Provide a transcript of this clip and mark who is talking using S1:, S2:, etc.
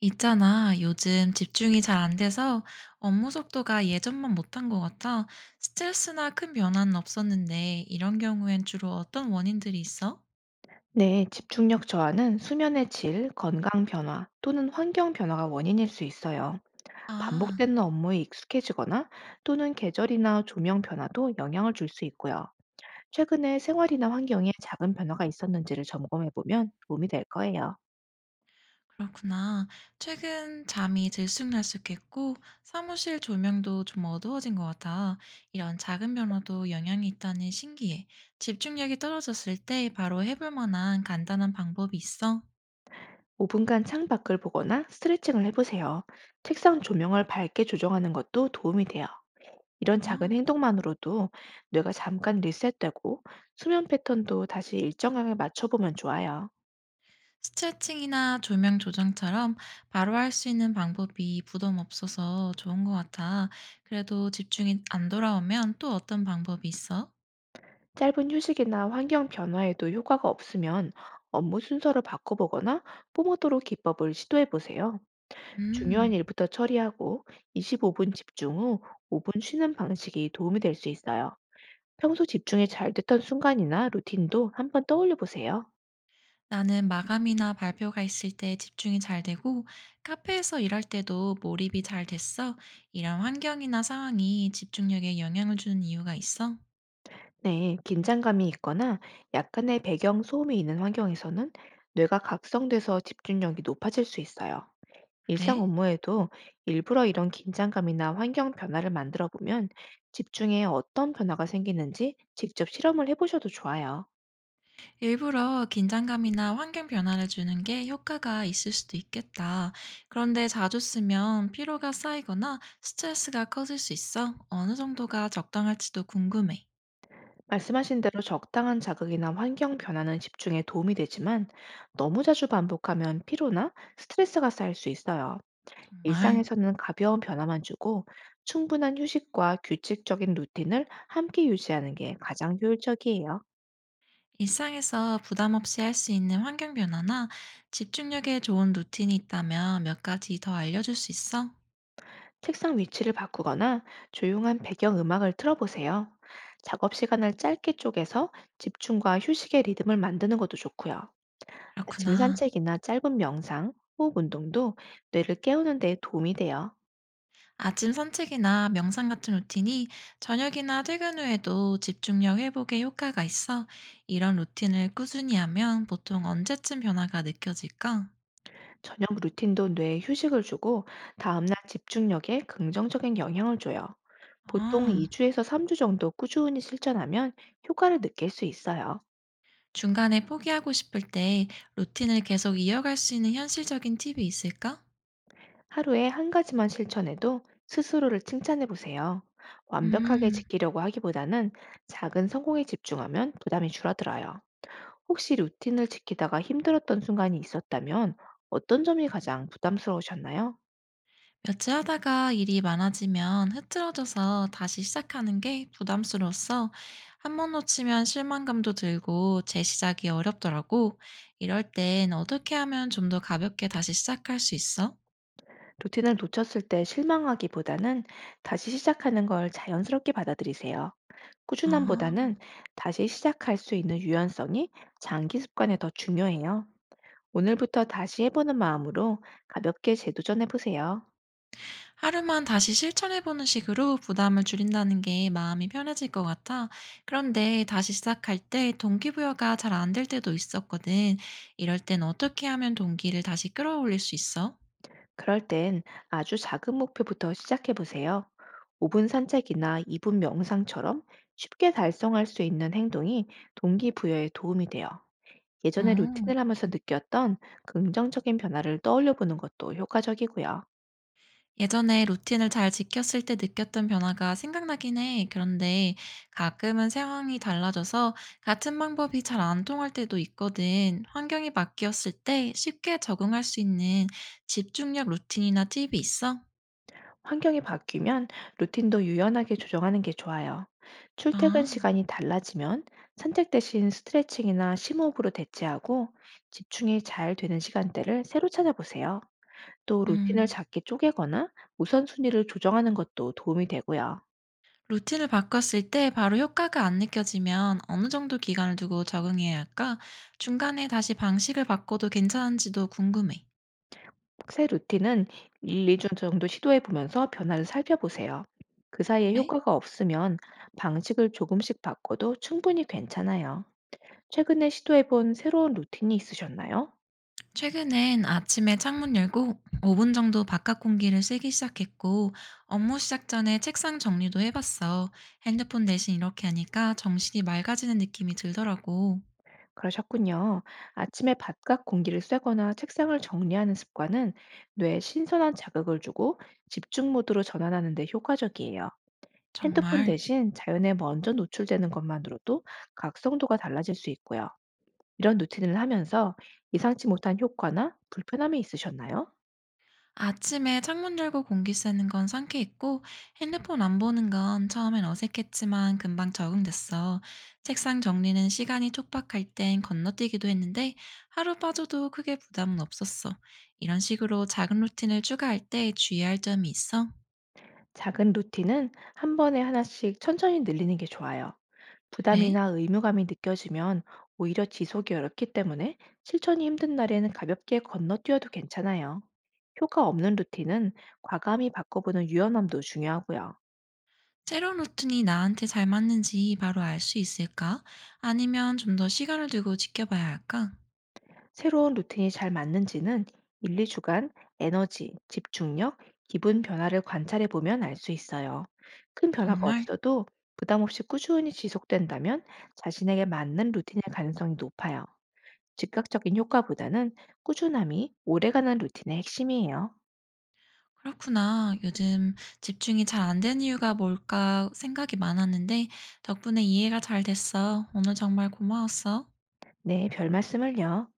S1: 있잖아, 요즘 집중이 잘 안 돼서 업무 속도가 예전만 못한 것 같아. 스트레스나 큰 변화는 없었는데, 이런 경우엔 주로 어떤 원인들이 있어?
S2: 네, 집중력 저하는 수면의 질, 건강 변화 또는 환경 변화가 원인일 수 있어요.
S1: 아,
S2: 반복되는 업무에 익숙해지거나 또는 계절이나 조명 변화도 영향을 줄 수 있고요. 최근에 생활이나 환경에 작은 변화가 있었는지를 점검해 보면 도움이 될 거예요.
S1: 그렇구나. 최근 잠이 들쑥날쑥했고, 사무실 조명도 좀 어두워진 것 같아. 이런 작은 변화도 영향이 있다니 신기해. 집중력이 떨어졌을 때 바로 해볼 만한 간단한 방법이 있어?
S2: 5분간 창밖을 보거나 스트레칭을 해보세요. 책상 조명을 밝게 조정하는 것도 도움이 돼요. 이런 작은
S1: 아.
S2: 행동만으로도 뇌가 잠깐 리셋되고 수면 패턴도 다시 일정하게 맞춰보면 좋아요.
S1: 스트레칭이나 조명 조정처럼 바로 할 수 있는 방법이 부담 없어서 좋은 것 같아. 그래도 집중이 안 돌아오면 또 어떤 방법이 있어?
S2: 짧은 휴식이나 환경 변화에도 효과가 없으면 업무 순서를 바꿔보거나 포모도로 기법을 시도해 보세요. 중요한
S1: 음,
S2: 일부터 처리하고 25분 집중 후 5분 쉬는 방식이 도움이 될 수 있어요. 평소 집중이 잘 됐던 순간이나 루틴도 한번 떠올려 보세요.
S1: 나는 마감이나 발표가 있을 때 집중이 잘 되고 카페에서 일할 때도 몰입이 잘 됐어. 이런 환경이나 상황이 집중력에 영향을 주는 이유가 있어?
S2: 네, 긴장감이 있거나 약간의 배경 소음이 있는 환경에서는 뇌가 각성돼서 집중력이 높아질 수 있어요. 일상
S1: 그래?
S2: 업무에도 일부러 이런 긴장감이나 환경 변화를 만들어 보면 집중에 어떤 변화가 생기는지 직접 실험을 해보셔도 좋아요.
S1: 일부러 긴장감이나 환경 변화를 주는 게 효과가 있을 수도 있겠다. 그런데 자주 쓰면 피로가 쌓이거나 스트레스가 커질 수 있어 어느 정도가 적당할지도 궁금해.
S2: 말씀하신 대로 적당한 자극이나 환경 변화는 집중에 도움이 되지만 너무 자주 반복하면 피로나 스트레스가 쌓일 수 있어요.
S1: 정말.
S2: 일상에서는 가벼운 변화만 주고 충분한 휴식과 규칙적인 루틴을 함께 유지하는 게 가장 효율적이에요.
S1: 일상에서 부담 없이 할 수 있는 환경 변화나 집중력에 좋은 루틴이 있다면 몇 가지 더 알려줄 수 있어?
S2: 책상 위치를 바꾸거나 조용한 배경 음악을 틀어보세요. 작업 시간을 짧게 쪼개서 집중과 휴식의 리듬을 만드는 것도 좋고요. 아침
S1: 그렇구나.
S2: 산책이나 짧은 명상, 호흡 운동도 뇌를 깨우는 데 도움이 돼요.
S1: 아침 산책이나 명상 같은 루틴이 저녁이나 퇴근 후에도 집중력 회복에 효과가 있어 이런 루틴을 꾸준히 하면 보통 언제쯤 변화가 느껴질까?
S2: 저녁 루틴도 뇌에 휴식을 주고 다음날 집중력에 긍정적인 영향을 줘요. 보통
S1: 아,
S2: 2주에서 3주 정도 꾸준히 실천하면 효과를 느낄 수 있어요.
S1: 중간에 포기하고 싶을 때 루틴을 계속 이어갈 수 있는 현실적인 팁이 있을까?
S2: 하루에 한 가지만 실천해도 스스로를 칭찬해 보세요. 완벽하게
S1: 음.
S2: 지키려고 하기보다는 작은 성공에 집중하면 부담이 줄어들어요. 혹시 루틴을 지키다가 힘들었던 순간이 있었다면 어떤 점이 가장 부담스러우셨나요?
S1: 며칠 하다가 일이 많아지면 흐트러져서 다시 시작하는 게 부담스러웠어. 한 번 놓치면 실망감도 들고 재시작이 어렵더라고. 이럴 땐 어떻게 하면 좀 더 가볍게 다시 시작할 수 있어?
S2: 루틴을 놓쳤을 때 실망하기보다는 다시 시작하는 걸 자연스럽게 받아들이세요.
S1: 아,
S2: 꾸준함보다는 다시 시작할 수 있는 유연성이 장기 습관에 더 중요해요. 오늘부터 다시 해보는 마음으로 가볍게 재도전해 보세요.
S1: 하루만 다시 실천해보는 식으로 부담을 줄인다는 게 마음이 편해질 것 같아. 그런데 다시 시작할 때 동기부여가 잘 안 될 때도 있었거든. 이럴 땐 어떻게 하면 동기를 다시 끌어올릴 수 있어?
S2: 그럴 땐 아주 작은 목표부터 시작해 보세요. 5분 산책이나 2분 명상처럼 쉽게 달성할 수 있는 행동이 동기부여에 도움이 돼요. 예전에
S1: 어.
S2: 루틴을 하면서 느꼈던 긍정적인 변화를 떠올려 보는 것도 효과적이고요.
S1: 예전에 루틴을 잘 지켰을 때 느꼈던 변화가 생각나긴 해. 그런데 가끔은 상황이 달라져서 같은 방법이 잘 안 통할 때도 있거든. 환경이 바뀌었을 때 쉽게 적응할 수 있는 집중력 루틴이나 팁이 있어?
S2: 환경이 바뀌면 루틴도 유연하게 조정하는 게 좋아요. 출퇴근
S1: 아,
S2: 시간이 달라지면 산책 대신 스트레칭이나 심호흡으로 대체하고 집중이 잘 되는 시간대를 새로 찾아보세요. 또 루틴을
S1: 음.
S2: 작게 쪼개거나 우선순위를 조정하는 것도 도움이 되고요.
S1: 루틴을 바꿨을 때 바로 효과가 안 느껴지면 어느 정도 기간을 두고 적응해야 할까? 중간에 다시 방식을 바꿔도 괜찮은지도 궁금해.
S2: 새 루틴은 1, 2주 정도 시도해 보면서 변화를 살펴보세요. 그 사이에
S1: 그래?
S2: 효과가 없으면 방식을 조금씩 바꿔도 충분히 괜찮아요. 최근에 시도해 본 새로운 루틴이 있으셨나요?
S1: 최근엔 아침에 창문 열고 5분 정도 바깥 공기를 쐬기 시작했고, 업무 시작 전에 책상 정리도 해봤어. 핸드폰 대신 이렇게 하니까 정신이 맑아지는 느낌이 들더라고.
S2: 그러셨군요. 아침에 바깥 공기를 쐬거나 책상을 정리하는 습관은 뇌에 신선한 자극을 주고 집중 모드로 전환하는 데 효과적이에요. 핸드폰
S1: 정말.
S2: 대신 자연에 먼저 노출되는 것만으로도 각성도가 달라질 수 있고요. 이런 루틴을 하면서 예상치 못한 효과나 불편함이 있으셨나요?
S1: 아침에 창문 열고 공기 쐬는 건 상쾌했고, 핸드폰 안 보는 건 처음엔 어색했지만 금방 적응됐어. 책상 정리는 시간이 촉박할 땐 건너뛰기도 했는데, 하루 빠져도 크게 부담은 없었어. 이런 식으로 작은 루틴을 추가할 때 주의할 점이 있어?
S2: 작은 루틴은 한 번에 하나씩 천천히 늘리는 게 좋아요.
S1: 그래?
S2: 부담이나 의무감이 느껴지면 오히려 지속이 어렵기 때문에 실천이 힘든 날에는 가볍게 건너뛰어도 괜찮아요. 효과 없는 루틴은 과감히 바꿔보는 유연함도 중요하고요.
S1: 새로운 루틴이 나한테 잘 맞는지 바로 알 수 있을까? 아니면 좀 더 시간을 두고 지켜봐야 할까?
S2: 새로운 루틴이 잘 맞는지는 1, 2주간 에너지, 집중력, 기분 변화를 관찰해 보면 알 수 있어요. 큰 변화가
S1: 정말?
S2: 없어도 부담 없이 꾸준히 지속된다면 자신에게 맞는 루틴일 가능성이 높아요. 즉각적인 효과보다는 꾸준함이 오래가는 루틴의 핵심이에요.
S1: 그렇구나. 요즘 집중이 잘 안 되는 이유가 뭘까 생각이 많았는데 덕분에 이해가 잘 됐어. 오늘 정말 고마웠어.
S2: 네, 별 말씀을요.